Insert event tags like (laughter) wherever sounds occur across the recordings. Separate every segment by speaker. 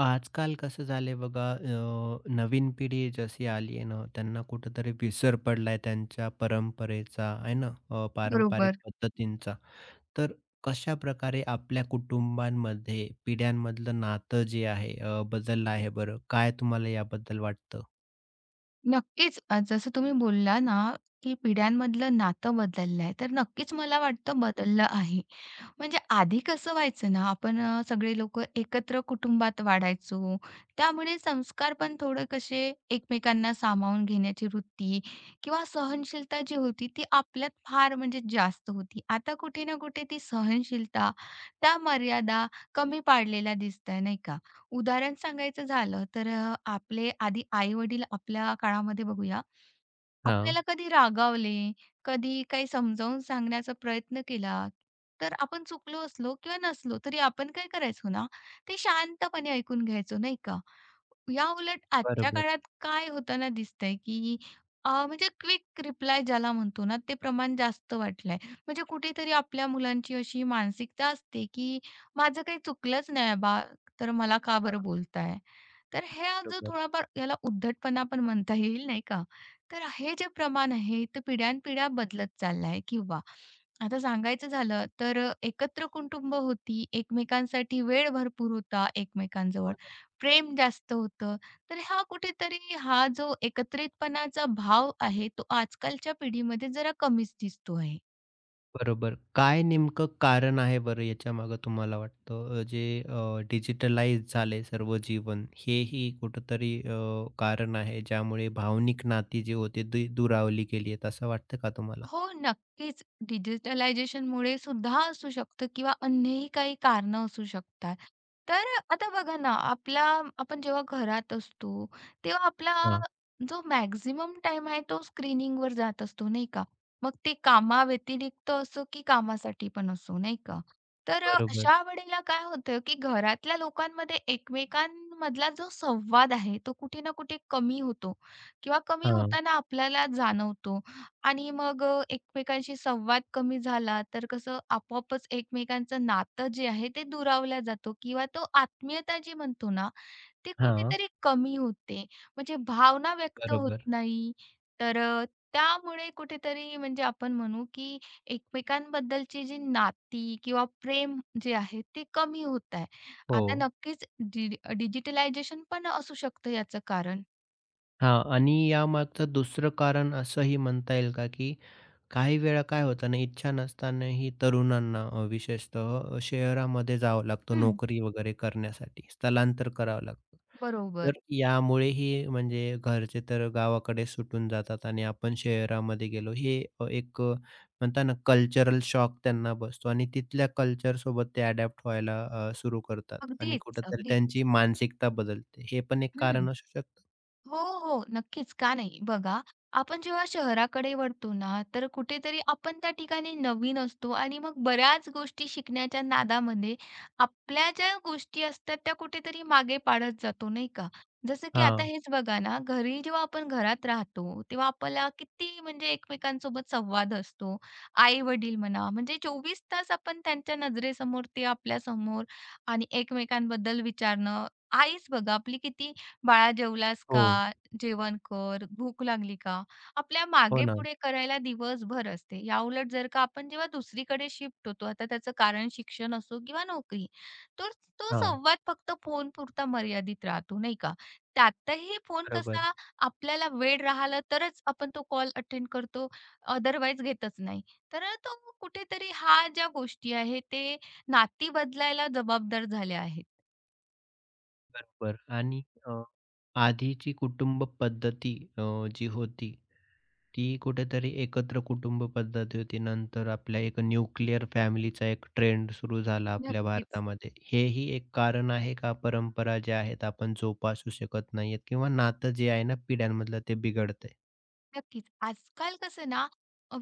Speaker 1: आजकाल कसं झालंय बघा, नवीन पिढी जशी आली आहे ना त्यांना कुठेतरी विसर पडलाय त्यांच्या परंपरेचा आहे ना, पारंपरिक
Speaker 2: बरोबर.
Speaker 1: पद्धतींचा. तर कशा प्रकारे आपल्या कुटुंबांमध्ये पिढ्यांमधलं नातं जे आहे बदललं आहे बरं, काय तुम्हाला याबद्दल वाटतं?
Speaker 2: नक्कीच, जसं तुम्ही बोलला ना, की पिढ्यांमधलं नातं बदललं आहे, तर नक्कीच मला वाटतं बदललं आहे. म्हणजे आधी कसं व्हायचं ना, आपण सगळे लोकं एकत्र कुटुंबात वाढायचो. त्यामुळे संस्कार पण थोडे कसे एकमेकांना सामावून घेण्याची वृत्ती किंवा सहनशीलता जी होती, ती आपल्यात फार म्हणजे जास्त होती. आता कुठे ना कुठे ती सहनशीलता, त्या मर्यादा कमी पाडलेल्या दिसताय, नाही का? उदाहरण सांगायचं झालं तर आपले आधी आई-वडील आपल्या काळामध्ये बघूया,
Speaker 1: हां.
Speaker 2: आपल्याला कधी रागावले, कधी काही समजावून सांगण्याचा प्रयत्न केला तर आपण चुकलो असलो किंवा नसलो तरी आपण काय करायचो ना, ते शांतपणे ऐकून घ्यायचो नाही का? याउलट आजच्या
Speaker 1: बरोबर,
Speaker 2: काळात काय होताना दिसतंय, की म्हणजे क्विक रिप्लाय ज्याला म्हणतो ना, ते प्रमाण जास्त वाटलंय. म्हणजे कुठेतरी आपल्या मुलांची अशी मानसिकता असते, की माझं काही चुकलंच नाही बा, तर मला का
Speaker 1: हां,
Speaker 2: बरं बोलताय? तर हा जो
Speaker 1: बरोबर.
Speaker 2: थोडाफार याला उद्धटपणा पण म्हणता येईल नाही का? तर हे जे प्रमाण आहे ते पिढ्यानपिढ्या बदलत चाललं आहे किंवा आता सांगायचं झालं तर एकत्र कुटुंब होती, एकमेकांसाठी वेळ भरपूर होता एकमेकांजवळ, प्रेम जास्त होतं. तर हा कुठेतरी हा जो एकत्रितपणाचा भाव आहे, तो आजकालच्या पिढीमध्ये जरा कमीच दिसतो आहे.
Speaker 1: बरोबर. काय नेमकं कारण आहे बरं याच्यामागं तुम्हाला वाटतं? जे डिजिटलाइज झालंय सर्व जीवन, हेही कुठेतरी कारण आहे, ज्यामुळे भावनिक नाती जी होती ती दुरावली गेली आहेत, असं वाटतं का तुम्हाला?
Speaker 2: हो, नक्कीच. डिजिटलायझेशनमुळे सुद्धा असू शकतं किंवा अन्यही काही कारणं असू शकतात. तर आता बघा ना, आपला आपण जेव्हा घरात असतो, तेव्हा आपला
Speaker 1: हां.
Speaker 2: जो मॅक्सिमम टाईम आहे तो स्क्रीनिंगवर जात असतो, नाही का? मग ते कामाव्यतिरिक्त असो की कामासाठी पण असो, नाही का? तर
Speaker 1: बरोबर.
Speaker 2: अशा वेळेला काय होतं, की घरातल्या लोकांमध्ये एकमेकांमधला जो संवाद आहे, तो कुठे ना कुठे कमी होतो किंवा कमी
Speaker 1: हां,
Speaker 2: होताना आपल्याला जाणवतो. आणि मग एकमेकांशी संवाद कमी झाला, तर कसं आपोआपच एकमेकांचं नातं जे आहे ते दुरावल्या जातो किंवा तो आत्मीयता जी म्हणतो ना, ती
Speaker 1: हां.
Speaker 2: कुठेतरी कमी होते. म्हणजे भावना व्यक्त होत
Speaker 1: बरोबर.
Speaker 2: नाही. तर त्यामुळे कुठेतरी म्हणजे आपण म्हणू, की एकमेकांबद्दलची जी नाती किंवा प्रेम जे आहे ते कमी होत आहे.
Speaker 1: हो.
Speaker 2: आता नक्कीच डि डिजिटलायझेशन पण असू शकतं याचं कारण.
Speaker 1: हां, आणि यामागचं दुसरं कारण असंही म्हणता येईल का, की काही वेळा काय होतं ना, इच्छा नसतानाही तरुणांना विशेषतः शहरामध्ये जावं लागतं
Speaker 2: हं.
Speaker 1: नोकरी वगैरे करण्यासाठी, स्थलांतर करावं लागतं.
Speaker 2: बरोबर.
Speaker 1: तर यामुळेही म्हणजे घरचे तर गावाकडे सुटून जातात आणि आपण शहरामध्ये गेलो. हे एक, म्हणता ना, कल्चरल शॉक त्यांना बसतो आणि तिथल्या कल्चरसोबत ते अडॅप्ट व्हायला सुरू करतात आणि
Speaker 2: अगदीच,
Speaker 1: कुठेतरी त्यांची
Speaker 2: अगदीच.
Speaker 1: मानसिकता बदलते. हे पण एक
Speaker 2: हं.
Speaker 1: कारण असू शकतं.
Speaker 2: हो, हो. नक्कीच, का नाही? बघा, आपण जेव्हा शहराकडे वळतो ना, तर कुठेतरी आपण त्या ठिकाणी नवीन असतो आणि मग बऱ्याच गोष्टी शिकण्याच्या नादामध्ये आपल्या ज्या गोष्टी असतात त्या कुठेतरी मागे पाडत जातो, नाही का? जसं की आता
Speaker 1: हां.
Speaker 2: हेच बघा ना, घरी जेव्हा आपण घरात राहतो, तेव्हा आपल्याला किती म्हणजे एकमेकांसोबत संवाद असतो. आई-वडील म्हणा, म्हणजे 24 तास आपण त्यांच्या नजरेसमोर, ते आपल्यासमोर आणि एकमेकांबद्दल विचारणं. आईच बघा, आपली किती, "बाळा जेवलास का?
Speaker 1: हो.
Speaker 2: जेवण कर. भूक लागली का?" आपल्या
Speaker 1: हो ना.
Speaker 2: मागे-पुढे करायला दिवसभर असते. या उलट जर का आपण जेव्हा दुसरीकडे शिफ्ट होतो, आता त्याचं कारण शिक्षण असो किंवा नोकरी, तर तो
Speaker 1: हां.
Speaker 2: संवाद फक्त फोनपुरता मर्यादित राहतो, नाही का? त्यातही फोन
Speaker 1: बरोबर,
Speaker 2: कसा आपल्याला वेळ राहिला तरच आपण तो कॉल अटेंड करतो, अदरवाईज घेतच नाही. तर तो कुठेतरी ह्या ज्या गोष्टी आहेत, ते नाती बदलायला जबाबदार झाल्या आहेत.
Speaker 1: बरोबर, आणि अ, आधीची कुटुंब पद्धती, जी होती ती कुठेतरी एकत्र कुटुंब पद्धती होती. नंतर आपल्या एक न्यूक्लिअर फॅमिलीचा एक ट्रेंड सुरू झाला आपल्या
Speaker 2: नक्कीच.
Speaker 1: भारतामध्ये. हेही एक कारण आहे का, परंपरा ज्या आहेत आपण जोपासू शकत नाहीयेत किंवा नातं जे आहे ना पिढ्यांमधलं ते बिघडतंय.
Speaker 2: नक्कीच. आजकाल कसं ना,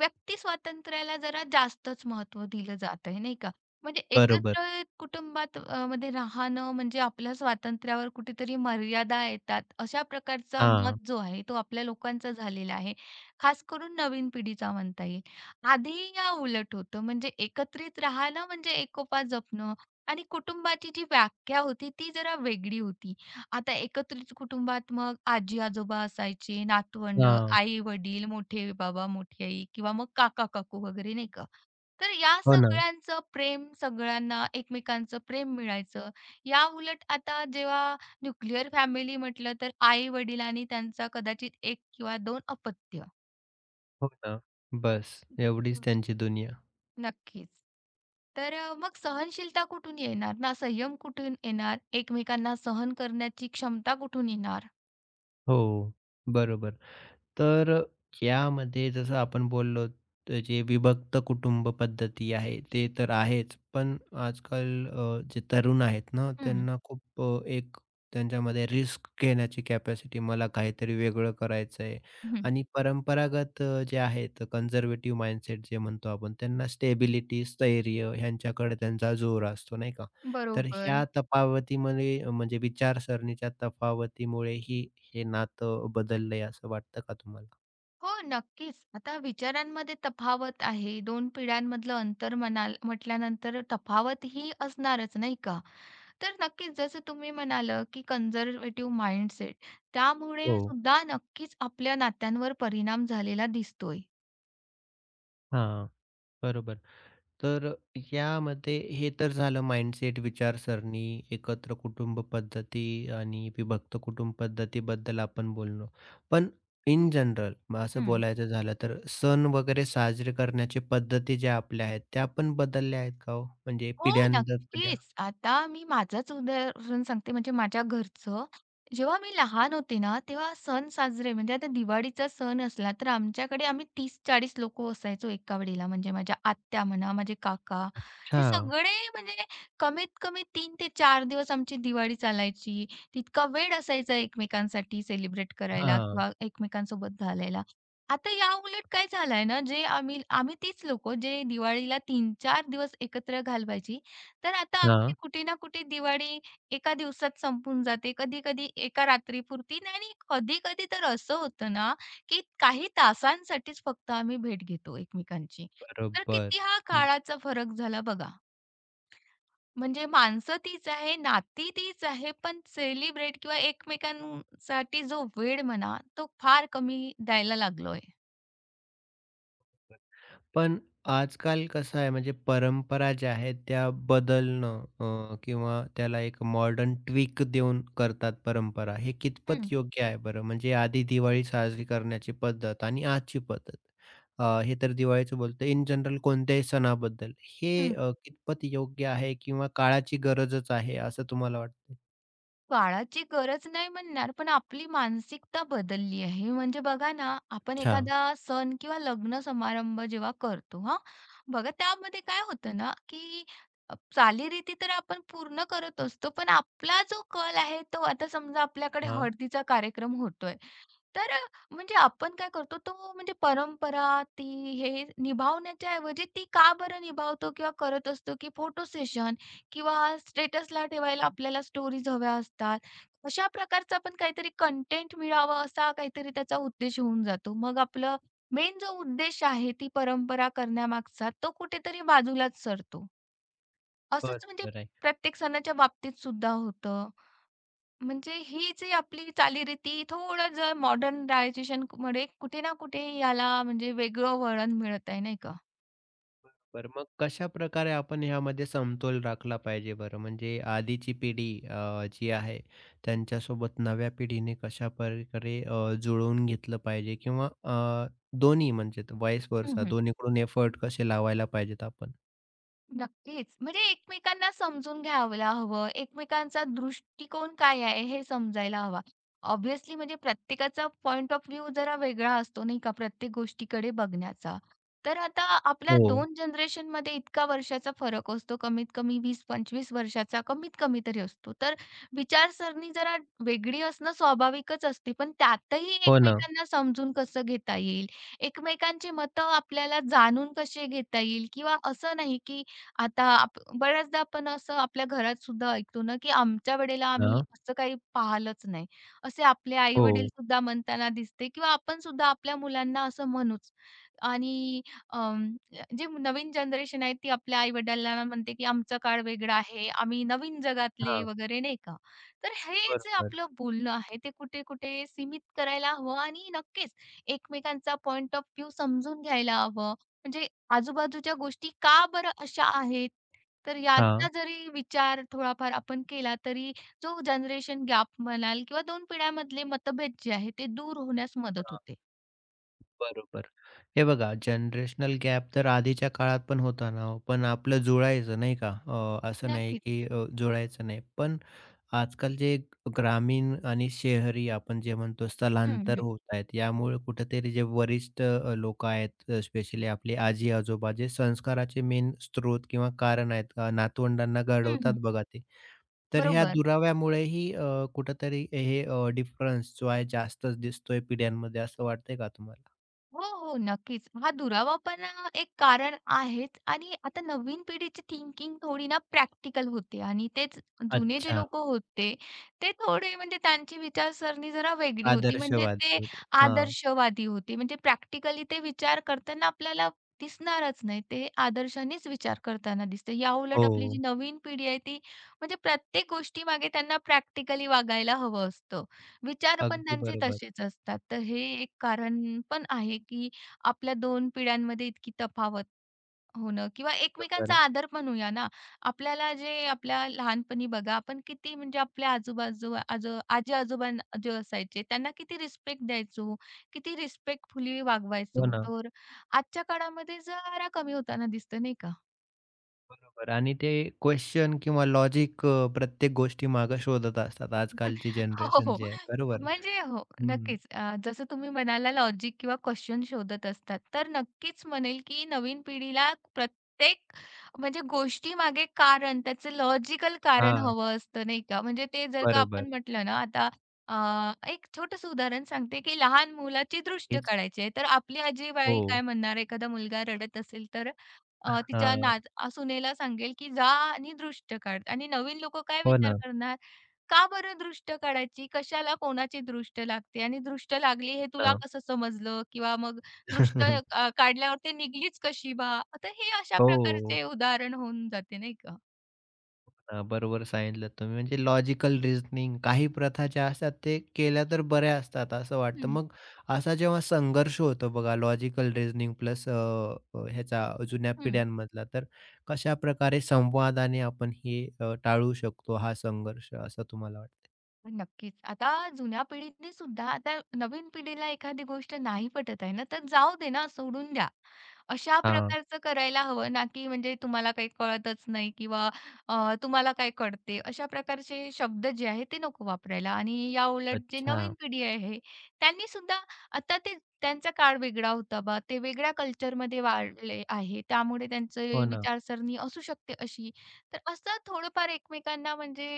Speaker 2: व्यक्ती स्वातंत्र्याला जरा जास्तच महत्त्व दिलं जात आहे, नाही का? म्हणजे
Speaker 1: बरोबर.
Speaker 2: एकत्र कुटुंबात मध्ये राहणं म्हणजे आपल्या स्वातंत्र्यावर कुठेतरी मर्यादा येतात. अशा प्रकारचा
Speaker 1: हां,
Speaker 2: मत जो आहे, तो आपल्या लोकांचा झालेला आहे. खास करून नवीन पिढीचा म्हणता येईल. आधी या उलट होतं. म्हणजे एकत्रित राहणं म्हणजे एकोपा जपणं आणि कुटुंबाची जी व्याख्या होती, ती जरा वेगळी होती. आता एकत्रित कुटुंबात मग आजी-आजोबा असायचे, नातवंड,
Speaker 1: हां.
Speaker 2: आई-वडील, मोठे बाबा, मोठी आई किंवा मग काका-काकू वगैरे नाही का. तर या
Speaker 1: हो ना,
Speaker 2: सगळ्यांचं प्रेम, सगळ्यांना एकमेकांचं प्रेम मिळायचं. याउलट आता जेव्हा न्यूक्लिअर फॅमिली म्हटलं तर आई-वडील आणि त्यांचा कदाचित 1 किंवा 2 अपत्य.
Speaker 1: हो ना. बस एवढीच त्यांची दुनिया.
Speaker 2: नक्कीच. तर मग सहनशीलता कुठून येणार ना संयम कुठून येणार? एकमेकांना सहन करण्याची क्षमता कुठून येणार?
Speaker 1: हो, बरोबर. तर यामध्ये जसं आपण बोललो, जे विभक्त कुटुंब पद्धती आहे ते तर आहेच. पण आजकाल जे तरुण आहेत ना,
Speaker 2: हं,
Speaker 1: त्यांना खूप एक, त्यांच्यामध्ये रिस्क घेण्याची कॅपॅसिटी, मला काहीतरी वेगळं करायचं आहे
Speaker 2: हं.
Speaker 1: आणि परंपरागत जे आहेत, कन्झर्व्हेटिव्ह माइंडसेट जे म्हणतो आपण, त्यांना स्टेबिलिटी, स्थैर्य ह्यांच्याकडे त्यांचा जोर असतो नाही का. तर
Speaker 2: बरोबर.
Speaker 1: ह्या तफावतीमध्ये म्हणजे विचारसरणीच्या तफावतीमुळे हे नातं बदललंय असं वाटतं का तुम्हाला?
Speaker 2: हो, नक्कीच. आता विचारांमध्ये तफावत आहे. 2 पिढ्यांमधलं अंतर म्हणाल म्हटल्यानंतर तफावत ही असणारच, नाही का? तर नक्कीच जसं तुम्ही म्हणालं, की कन्झर्व्हेटिव्ह माइंडसेट त्यामुळे
Speaker 1: हो.
Speaker 2: सुद्धा नक्कीच आपल्या नात्यांवर परिणाम झालेला दिसतोय.
Speaker 1: हां, बरोबर. तर यामध्ये हे तर झालं माइंडसेट, विचारसरणी, एकत्र कुटुंब पद्धती आणि विभक्त कुटुंब पद्धतीबद्दल आपण बोललो. पण इन जनरल मग असं
Speaker 2: हं.
Speaker 1: बोलायचं झालं तर सण वगैरे साजरे करण्याच्या पद्धती ज्या आपल्या आहेत, त्या पण बदलल्या आहेत का हो? म्हणजे
Speaker 2: हो,
Speaker 1: पिढ्यानंतर पिढ्या?
Speaker 2: नक्कीच. आता मी माझंच उदाहरण सांगते म्हणजे माझ्या घरचं. जेव्हा मी लहान होते ना, तेव्हा सण साजरे म्हणजे आता दिवाळीचा सण असला, तर आमच्याकडे आम्ही 30-40 लोकं असायचो एका वेळेला. म्हणजे माझ्या आत्या म्हणा, माझे काका, हे
Speaker 1: अच्छा.
Speaker 2: सगळे म्हणजे कमीत कमी 3 ते 4 दिवस आमची दिवाळी चालायची. तितका वेळ असायचा एकमेकांसाठी सेलिब्रेट करायला
Speaker 1: हां,
Speaker 2: किंवा एकमेकांसोबत घालायला. आता या याउलट काय झालंय ना, जे आम्ही आम्ही तीच लोकं जे दिवाळीला तीन-चार दिवस एकत्र घालवायची. तर आता आमची
Speaker 1: हां.
Speaker 2: कुठे ना कुठे दिवाळी एका दिवसात संपून जाते. कधी-कधी एका रात्रीपुरती आणि कधी-कधी तर असं होतं ना, की काही तासांसाठीच फक्त आम्ही भेट घेतो एकमेकांची. तर
Speaker 1: बरोबर.
Speaker 2: किती हा काळाचा फरक झाला बघा. म्हणजे माणसं तीच आहे, नाती तीच आहे, पण सेलिब्रेट किंवा एकमेकांसाठी जो वेळ म्हणा, तो फार कमी द्यायला लागलोय.
Speaker 1: पण आजकाल कसं आहे, म्हणजे परंपरा ज्या आहेत त्या बदलणं किंवा त्याला एक मॉडर्न ट्विक देऊन करतात परंपरा. हे कितपत
Speaker 2: हं.
Speaker 1: योग्य आहे बरं? म्हणजे आधी दिवाळी साजरी करण्याची पद्धत आणि आजची पद्धत. हे तर दिवाळीचं बोलतोय. इन जनरल कोणत्याही सणाबद्दल. हे
Speaker 2: हं.
Speaker 1: कितपत योग्य आहे किंवा काळाची गरजच आहे असं तुम्हाला वाटतं?
Speaker 2: काळाची गरज नाही म्हणणार, पण आपली मानसिकता बदलली आहे. म्हणजे बघा ना, आपण
Speaker 1: अच्छा.
Speaker 2: एखादा सण किंवा लग्न समारंभ जेव्हा करतो हां, बघा त्यामध्ये काय होतं ना, की चालीरीती तर आपण पूर्ण करत असतो, पण आपला जो कल आहे तो आता समजा आपल्याकडे
Speaker 1: हां,
Speaker 2: हळदीचा कार्यक्रम होतोय, तर म्हणजे आपण काय करतो तो म्हणजे परंपरा ती हे निभावण्याच्या ऐवजी ती का बरं निभावतो किंवा करत असतो, की फोटो सेशन किंवा स्टेटसला ठेवायला आपल्याला स्टोरीज हव्या असतात. अशा प्रकारचं आपण काहीतरी कंटेंट मिळावं असा काहीतरी त्याचा उद्देश होऊन जातो. मग आपलं मेन जो उद्देश आहे ती परंपरा करण्यामागचा तो कुठेतरी बाजूलाच सरतो. असंच म्हणजे
Speaker 1: बरोबर आहे.
Speaker 2: प्रत्येक सणाच्या बाबतीत सुद्धा होतं. म्हणजे ही जी आपली चालीरीती थोडं जर मॉडर्नायझेशनमुळे कुठे ना कुठे याला म्हणजे वेगळं वळण मिळत आहे, नाही का?
Speaker 1: बरं मग कशाप्रकारे आपण ह्यामध्ये समतोल राखला पाहिजे बरं? म्हणजे आधीची पिढी जी आहे त्यांच्यासोबत नव्या पिढीने कशाप्रकारे जुळवून घेतलं पाहिजे किंवा दोन्ही म्हणजे व्हाईस वर्सा दोन्हीकडून एफर्ट कसे लावायला पाहिजेत आपण?
Speaker 2: नक्कीच. म्हणजे एकमेकांना समजून घ्यायला हवं. एकमेकांचा दृष्टिकोन काय आहे हे समजायला हवा. ऑब्व्हियसली म्हणजे प्रत्येकाचा पॉइंट ऑफ व्ह्यू जरा वेगळा असतो नाही का प्रत्येक गोष्टीकडे बघण्याचा. तर आता आपल्या
Speaker 1: हो,
Speaker 2: 2 जनरेशनमध्ये इतका वर्षाचा फरक असतो. कमीत कमी 20-25 वर्षाचा कमीत कमी तरी असतो. तर विचारसरणी जरा वेगळी असणं स्वाभाविकच असते. पण त्यातही
Speaker 1: हो ना.
Speaker 2: एकमेकांना समजून कसं घेता येईल, एकमेकांची मतं आपल्याला जाणून कसे घेता येईल किंवा असं नाही की आता बऱ्याचदा आपण असं आपल्या घरात सुद्धा ऐकतो ना, की आमच्या वेळेला आम्ही
Speaker 1: हां,
Speaker 2: असं काही पाहिलंच नाही. असे आपले आई-वडील
Speaker 1: हो.
Speaker 2: सुद्धा म्हणताना दिसते किंवा आपण सुद्धा आपल्या मुलांना असं म्हणूच. आणि अं, जे नवीन जनरेशन आहे ती आपल्या आई-वडिलांना म्हणते, की आमचा काळ वेगळा आहे, आम्ही नवीन जगातले
Speaker 1: हां,
Speaker 2: वगैरे नाही का. तर हे जे
Speaker 1: बरोबर.
Speaker 2: आपलं बोलणं आहे ते कुठे-कुठे सीमित करायला हवं आणि नक्कीच एकमेकांचा पॉइंट ऑफ व्ह्यू समजून घ्यायला हवं. म्हणजे आजूबाजूच्या गोष्टी का बरं अशा आहेत? तर
Speaker 1: हां,
Speaker 2: याचा जरी विचार थोडाफार आपण केला तरी जो जनरेशन गॅप म्हणाल किंवा 2 पिढ्यांमधले मतभेद जे आहेत ते दूर होण्यास मदत
Speaker 1: हां,
Speaker 2: होते.
Speaker 1: बरोबर. हे बघा, जनरेशनल गॅप तर आधीच्या काळात पण होता ना हो, पण आपलं जुळायचं नाही का? असं नाही
Speaker 2: नक्कीच.
Speaker 1: की जुळायचं नाही. पण आजकाल जे ग्रामीण आणि शहरी आपण जे म्हणतो
Speaker 2: हं,
Speaker 1: स्थलांतर
Speaker 2: हं.
Speaker 1: होत आहेत, यामुळे कुठेतरी जे वरिष्ठ लोकं आहेत, स्पेशली आपले आजी-आजोबा जे संस्काराचे मेन स्रोत किंवा कारण आहेत. नातवंडांना
Speaker 2: हं, हं.
Speaker 1: घडवतात बघा ते. तर ह्या
Speaker 2: बरोबर.
Speaker 1: दुराव्यामुळेही कुठेतरी हे डिफरन्स जो आहे जास्तच दिसतोय पिढ्यांमध्ये, असं वाटतंय का तुम्हाला?
Speaker 2: हो, हो. नक्कीच. हा दुरावा पण एक कारण आहेच आणि आता नवीन पिढीची थिंकिंग थोडी ना प्रॅक्टिकल होते आणि तेच जुने जे
Speaker 1: अच्छा.
Speaker 2: लोकं होते, ते थोडे म्हणजे त्यांची विचारसरणी जरा वेगळी होती. म्हणजे
Speaker 1: आदर्शवादी
Speaker 2: ते
Speaker 1: होते. हां.
Speaker 2: आदर्शवादी होते. म्हणजे प्रॅक्टिकली ते विचार करताना आपल्याला दिसणारच नाही. ते आदर्शानेच विचार करताना दिसतं. याउलट आपली जी
Speaker 1: हो.
Speaker 2: नवीन पिढी आहे ती म्हणजे प्रत्येक गोष्टीमागे त्यांना प्रॅक्टिकली वागायला हवं असतं. विचार पण
Speaker 1: अगदी
Speaker 2: त्यांचे
Speaker 1: बरोबर.
Speaker 2: तसेच असतात. तर हे एक कारण पण आहे, की आपल्या 2 पिढ्यांमध्ये इतकी तफावत होणं किंवा
Speaker 1: बरोबर
Speaker 2: एकमेकांचा
Speaker 1: आहे.
Speaker 2: आदर पण होऊया ना. आपल्याला जे आपल्या लहानपणी बघा आपण किती म्हणजे आपल्या आजूबाजूला आजी-आजोबा जे असायचे त्यांना किती रिस्पेक्ट द्यायचो, किती रिस्पेक्टफुली
Speaker 1: हो
Speaker 2: वागवायचो.
Speaker 1: ना.
Speaker 2: तर आजच्या काळामध्ये जरा कमी होताना दिसतं नाही का?
Speaker 1: बरोबर, आणि ते क्वेशन किंवा लॉजिक प्रत्येक गोष्टीमागे शोधत असतात आजकालची
Speaker 2: हो,
Speaker 1: जनरेशन
Speaker 2: हो.
Speaker 1: जी आहे. बरोबर.
Speaker 2: म्हणजे हो,
Speaker 1: हं.
Speaker 2: नक्कीच. जसं तुम्ही म्हणाला लॉजिक किंवा क्वेशन शोधत असतात, तर नक्कीच म्हणेल की नवीन पिढीला प्रत्येक म्हणजे गोष्टी मागे कारण, त्याचं लॉजिकल कारण
Speaker 1: हां,
Speaker 2: हवं असतं, नाही का? म्हणजे ते जर का
Speaker 1: बरोबर.
Speaker 2: आपण म्हटलं ना आता अ, एक छोटंसं उदाहरण सांगते की लहान मुलाची दृष्ट
Speaker 1: हेच.
Speaker 2: काढायची आहे, तर आपली
Speaker 1: हो.
Speaker 2: आजीबाई काय म्हणणार? एखादा मुलगा रडत असेल तर तिच्या
Speaker 1: हां.
Speaker 2: सुनेला सांगेल की जा आणि दृष्ट काढ आणि नवीन लोकं काय
Speaker 1: हो
Speaker 2: विचार
Speaker 1: ना.
Speaker 2: करणार? का बरं दृष्ट काढायची? कशाला कोणाची दृष्ट लागते आणि दृष्ट लागली हे तुला
Speaker 1: हां.
Speaker 2: कसं समजलं? किंवा मग दृष्ट
Speaker 1: (laughs)
Speaker 2: काढल्यावर ते निघलीच कशी बा? आता हे अशा
Speaker 1: हो.
Speaker 2: प्रकारचे उदाहरण होऊन जाते नाही का?
Speaker 1: हां, बरोबर सांगितलं तुम्ही. म्हणजे लॉजिकल रिझनिंग, काही प्रथा ज्या असतात ते केल्या तर बऱ्या असतात असं वाटतं.
Speaker 2: हं.
Speaker 1: मग असा जेव्हा संघर्ष होतो बघा लॉजिकल रिझनिंग प्लस, अ, अ, ह्याचा जुन्या
Speaker 2: हं.
Speaker 1: पिढ्यांमधला, तर कशाप्रकारे संवादाने आपण हे टाळू शकतो हा संघर्ष, असं तुम्हाला वाटतं?
Speaker 2: नक्कीच. आता जुन्या पिढीतली सुद्धा आता नवीन पिढीला एखादी गोष्ट नाही पटत आहे ना, तर जाऊ दे ना, सोडून द्या. अशा
Speaker 1: हां,
Speaker 2: प्रकारचं करायला हवं ना, की म्हणजे तुम्हाला काही कळतच नाही किंवा तुम्हाला काय कळते, अशा प्रकारचे शब्द जे आहेत ते नको वापरायला. आणि याउलट जे नवीन
Speaker 1: अच्छा.
Speaker 2: पिढी आहे, त्यांनी सुद्धा आता ते त्यांचा काळ वेगळा होता बा, ते वेगळ्या कल्चरमध्ये वाढले आहे. त्यामुळे त्यांची
Speaker 1: हो ना.
Speaker 2: विचारसरणी असू शकते अशी. तर असं थोडंफार एकमेकांना म्हणजे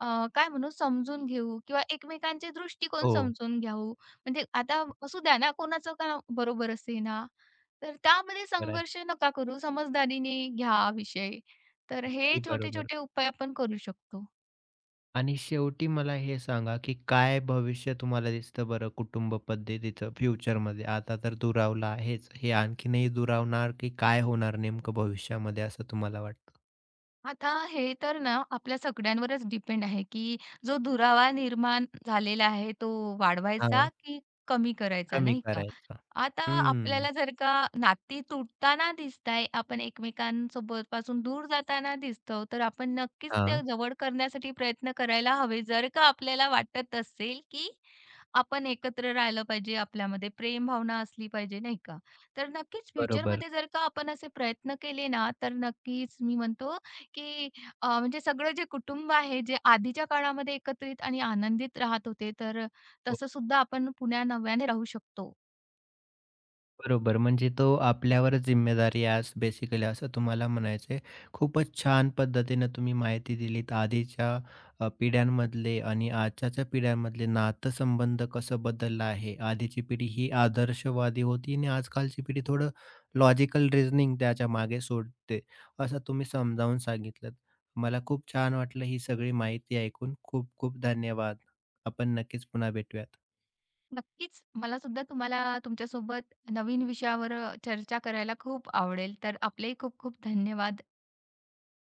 Speaker 2: काय म्हणू समजून घेऊ किंवा एकमेकांचे दृष्टिकोन
Speaker 1: हो,
Speaker 2: समजून घेऊ. म्हणजे आता असू द्या ना, कोणाचं का बरोबर असे ना, तर त्यामध्ये
Speaker 1: खरं आहे.
Speaker 2: संघर्ष नका करू, समजदारीने घ्या विषय. तर हे
Speaker 1: अगदी बरोबर.
Speaker 2: छोटे-छोटे उपाय आपण करू शकतो.
Speaker 1: आणि शेवटी मला हे सांगा, की काय भविष्य तुम्हाला दिसतं बरं कुटुंब पद्धतीचं फ्युचरमध्ये? आता तर दुरावलं आहेच, हे आणखीनही दुरावणार की काय होणार नेमकं भविष्यामध्ये, असं तुम्हाला वाटतं?
Speaker 2: आता हे तर ना आपल्या सगळ्यांवरच डिपेंड आहे, की जो दुरावा निर्माण झालेला आहे तो वाढवायचा
Speaker 1: हां,
Speaker 2: की कमी करायचा,
Speaker 1: कमी
Speaker 2: नाही का?
Speaker 1: करायचा.
Speaker 2: आता
Speaker 1: हं,
Speaker 2: आपल्याला जर का नाती तुटताना दिसताय, आपण एकमेकांसोबत पासून दूर जाताना दिसतो, तर आपण नक्कीच ते
Speaker 1: हां,
Speaker 2: जवळ करण्यासाठी प्रयत्न करायला हवे. जर का आपल्याला वाटत असेल, की आपण एकत्र राहिलं पाहिजे, आपल्यामध्ये प्रेम भावना असली पाहिजे, नाही का? तर नक्कीच
Speaker 1: बरोबर.
Speaker 2: फ्युचरमध्ये जर का आपण असे प्रयत्न केले ना, तर नक्कीच मी म्हणतो की म्हणजे सगळं जे कुटुंब आहे, जे आधीच्या काळामध्ये एकत्रित आणि आनंदित राहत होते, तर तसं सुद्धा आपण पुन्हा नव्याने राहू शकतो.
Speaker 1: बरोबर. म्हणजे तो आपल्यावरच जिम्मेदारी आज बेसिकली, असं तुम्हाला म्हणायचं आहे. खूपच छान पद्धतीनं तुम्ही माहिती दिलीत. आधीच्या पिढ्यांमधले आणि आजच्याच्या पिढ्यांमधले नातेसंबंध कसं बदललं आहे. आधीची पिढी ही आदर्शवादी होती आणि आजकालची पिढी थोडं लॉजिकल रिझनिंग त्याच्या मागे सोडते, असं तुम्ही समजावून सांगितलंत. मला खूप छान वाटलं ही सगळी माहिती ऐकून. खूप खूप धन्यवाद. आपण नक्कीच पुन्हा भेटूयात.
Speaker 2: नक्कीच मला सुद्धा तुम्हाला तुमच्यासोबत नवीन विषयावर चर्चा करायला खूप आवडेल. तर आपले खूप खूप धन्यवाद.